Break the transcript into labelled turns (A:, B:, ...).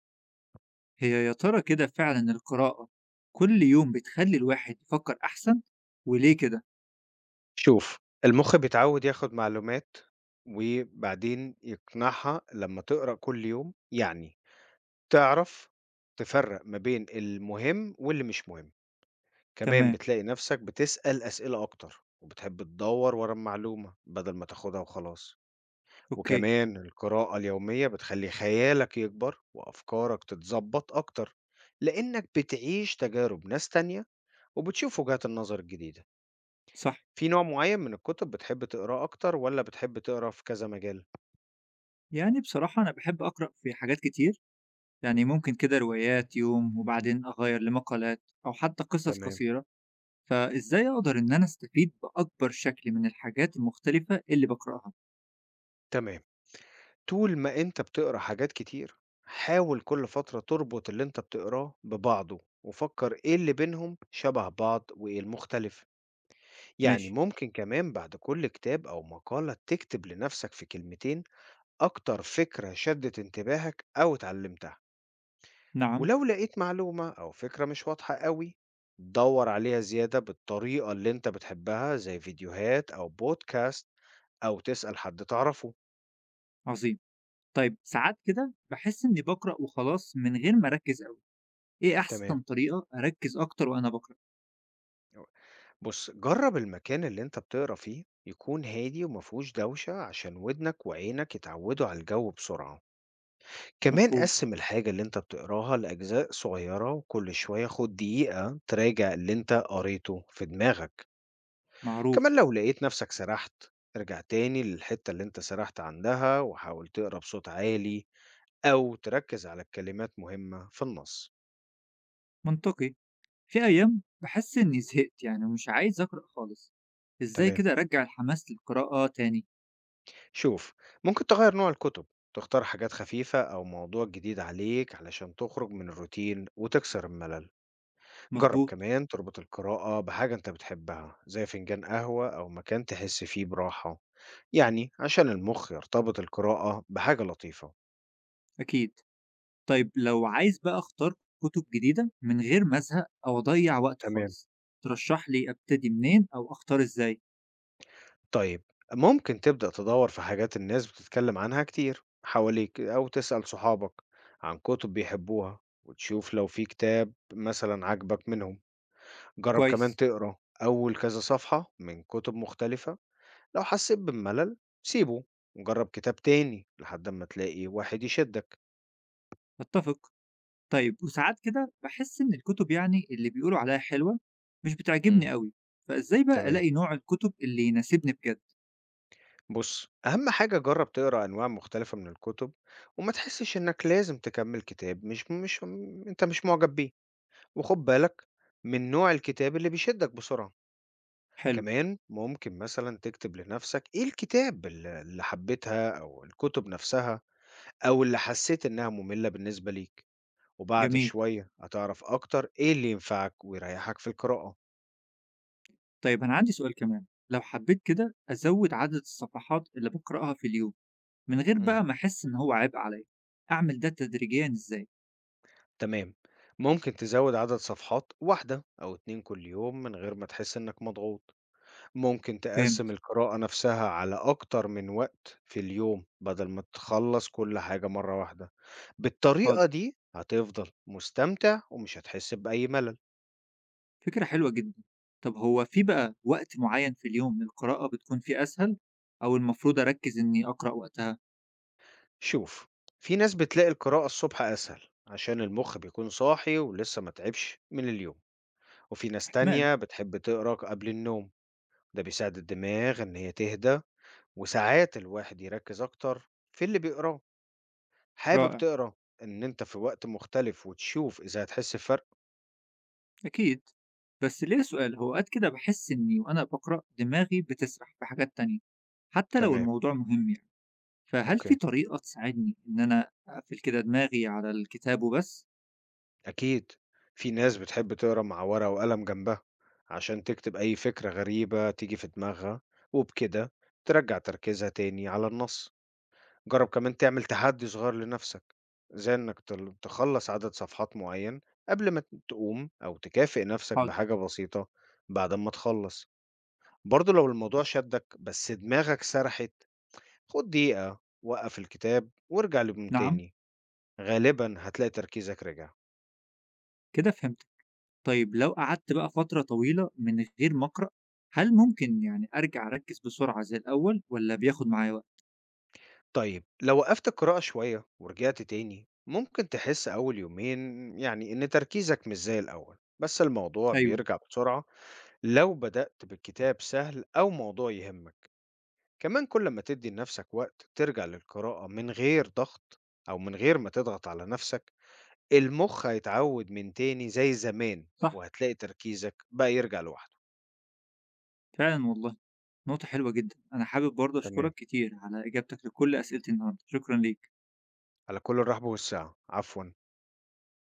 A: هي يا ترى كده فعلا القراءة كل يوم بتخلي الواحد يفكر أحسن؟ وليه كده؟
B: شوف، المُخ بيتعوّد ياخُد معلومات وبعدين يقنعها لمّا تقرأ كل يوم، يعني تعرف تفرّق ما بين المهم واللي مش مهم. كمان
A: تمام.
B: بتلاقي نَفْسك بتسأل أسئلة أكتر وبتحب تدوّر ورا المعلومة بدل ما تاخُدها وخلاص.
A: أوكي.
B: وكمان القراءة اليومية بتخلّي خيالك يكبر وأفكارك تتضبّط أكتر، لإنّك بتعيش تجارب ناس تانية وبتشوف وجهات النظر الجديدة.
A: صح.
B: في نوع معين من الكتب بتحب تقراه أكتر والّا بتحب تقرا في كذا مجال؟
A: يعني بصراحة أنا بحب أقرأ في حاجات كتير، يعني ممكن كده روايات يوم وبعدين أغير لمقالات أو حتى قصص
B: تمام،
A: قصيرة. فإزاي أقدر إن أنا أستفيد بأكبر شكل من الحاجات المختلفة اللي بقرأها؟
B: تمام. طول ما أنت بتقرا حاجات كتير، حاول كل فترة تربط اللي أنت بتقراه ببعضه، وفكر إيه اللي بينهم شبه بعض وإيه المختلف. يعني
A: ماشي.
B: ممكن كمان بعد كل كتاب أو مقالة تكتب لنفسك في كلمتين أكتر فكرة شدت انتباهك أو اتعلمتها.
A: نعم.
B: ولو لقيت معلومة أو فكرة مش واضحة قوي دور عليها زيادة بالطريقة اللي أنت بتحبها زي فيديوهات أو بودكاست أو تسأل حد تعرفه.
A: عظيم. طيب ساعات كده بحس إني بقرأ وخلاص من غير ما أركز أوي. إيه
B: تمام،
A: أحسن طريقة أركز أكتر وأنا بقرأ؟
B: بص جرب المكان اللي أنت بتقرأ فيه يكون هادي ومفهوش دوشة عشان ودنك وعينك يتعودوا على الجو بسرعة. كمان
A: مفهوم.
B: قسم الحاجة اللي أنت بتقراها لأجزاء صغيرة وكل شوية خد دقيقة تراجع اللي أنت قريته في دماغك.
A: معروف.
B: كمان لو لقيت نفسك سرحت ارجع تاني للحتة اللي انت سرحت عندها وحاول تقرا بصوت عالي أو تركز على الكلمات مهمة في النص.
A: منطقي. في أيام بحس إني زهقت يعني ومش عايز أقرأ خالص. إزاي
B: تمام،
A: كده أرجع الحماس للقراءة تاني؟
B: شوف، ممكن تغير نوع الكتب، تختار حاجات خفيفة أو موضوع جديد عليك علشان تخرج من الروتين وتكسر الملل. جرب
A: مظبوط.
B: كمان تربط القراءة بحاجة انت بتحبها زي فنجان قهوة أو مكان تحس فيه براحة، يعني عشان المخ يرتبط القراءة بحاجة لطيفة.
A: أكيد. طيب لو عايز بقى أختار كتب جديدة من غير ما أزهق أو أضيع وقت
B: تمام.
A: خالص، ترشح لي أبتدي منين أو أختار إزاي؟
B: طيب، ممكن تبدأ تدور في حاجات الناس بتتكلم عنها كتير حواليك أو تسأل صحابك عن كتب بيحبوها وتشوف لو في كتاب مثلا عجبك منهم. جرب كمان
A: كويس.
B: تقرأ أول كذا صفحة من كتب مختلفة، لو حسيت بالملل سيبه وجرب كتاب تاني لحد ما تلاقي واحد يشدك.
A: أتفق. طيب وساعات كده بحس إن الكتب يعني اللي بيقولوا عليها حلوة مش بتعجبني
B: امم
A: قوي. فإزاي بقى
B: تمام،
A: ألاقي نوع الكتب اللي يناسبني بجد؟
B: بص أهم حاجة جرب تقرأ أنواع مختلفة من الكتب وما تحسش إنك لازم تكمل كتاب مش أنت مش معجب بيه، وخد بالك من نوع الكتاب اللي بيشدك بسرعة.
A: حلو.
B: كمان ممكن مثلا تكتب لنفسك ايه الكتاب اللي حبيتها او الكتب نفسها او اللي حسيت انها مملة بالنسبة ليك، وبعد
A: جميل.
B: شوية هتعرف اكتر ايه اللي ينفعك ويريحك في القراءة.
A: طيب أنا عندي سؤال كمان، لو حبيت كده أزود عدد الصفحات اللي باقرأها في اليوم من غير
B: مم.
A: بقى ما أحس إن هو عبء عليا، أعمل ده تدريجيًا إزاي؟
B: تمام، ممكن تزود عدد صفحات 1 او 2 كل يوم من غير ما تحس انك مضغوط. ممكن تقسّم
A: فهمت.
B: القراءة نفسها على أكتر من وقت في اليوم، بدل ما تخلّص كل حاجة مرّة واحدة،
A: حاضر.
B: بالطريقة دي هتفضل مستمتع ومش هتحس بأي ملل.
A: فكرة حلوة جدًا. طب هو في بقى وقت معين في اليوم القراءة بتكون فيه أسهل أو المفروض أركز إني أقرأ وقتها؟
B: شوف، في ناس بتلاقي القراءة الصبح أسهل عشان المخ بيكون صاحي ولسه ما تعبش من اليوم، وفي ناس
A: احتمال.
B: تانية بتحب تقرا قبل النوم، ده بيساعد الدماغ إن هي تهدى، وساعات الواحد يركّز أكتر في اللي بيقراه. حابب
A: رائع.
B: تقرا إن أنت في وقت مختلف وتشوف إذا هتحس بفرق؟
A: أكيد. بس ليا سؤال، هو أوقات كده بحس إني وأنا بقرأ دماغي بتسرح في حاجات تانية حتى لو
B: تمام.
A: الموضوع مهم يعني. فهل في
B: أوكي،
A: طريقة تساعدني إن أنا أقفل كده دماغي على الكتاب وبس؟
B: أكيد. في ناس بتحب تقرا مع ورقة وقلم جنبها، عشان تكتب أي فكرة غريبة تيجي في دماغها، وبكده ترجّع تركيزها تاني على النص. جرّب كمان تعمل تحدي صغير لنفسك، زي إنك تل تخلّص عدد صفحات معيّن قبل ما تقوم أو تكافئ نفسك
A: حاضر.
B: بحاجة بسيطة بعد أمّا تخلّص. برضه لو الموضوع شدّك بس دماغك سرحت، خُد دقيقة، وقّف الكتاب وارجع له من
A: نعم.
B: تاني، غالبًا هتلاقي تركيزك رجع.
A: كده فهمتك. طيب لو قعدت بقى فترة طويلة من غير ما أقرأ، هل ممكن يعني أرجع أركز بسرعة زي الأول ولا بياخد معايا وقت؟
B: طيب لو وقفت القراءة شوية ورجعت تاني ممكن تحس أول يومين يعني إن تركيزك مش زي الأول بس الموضوع
A: أيوه.
B: بيرجع بسرعة. لو بدأت بالكتاب سهل أو موضوع يهمك، كمان كل ما تدي لنفسك وقت ترجع للقراءة من غير ضغط أو من غير ما تضغط على نفسك، المخ هيتعود من تاني زي زمان
A: صح.
B: وهتلاقي تركيزك بقى يرجع لوحده.
A: فعلا والله، نقطة حلوة جدا. أنا حابب برضه أشكرك
B: تمام،
A: كتير على إجابتك لكل أسئلتي النهاردة، شكرا ليك.
B: على كل الرحب والسعة عفوا.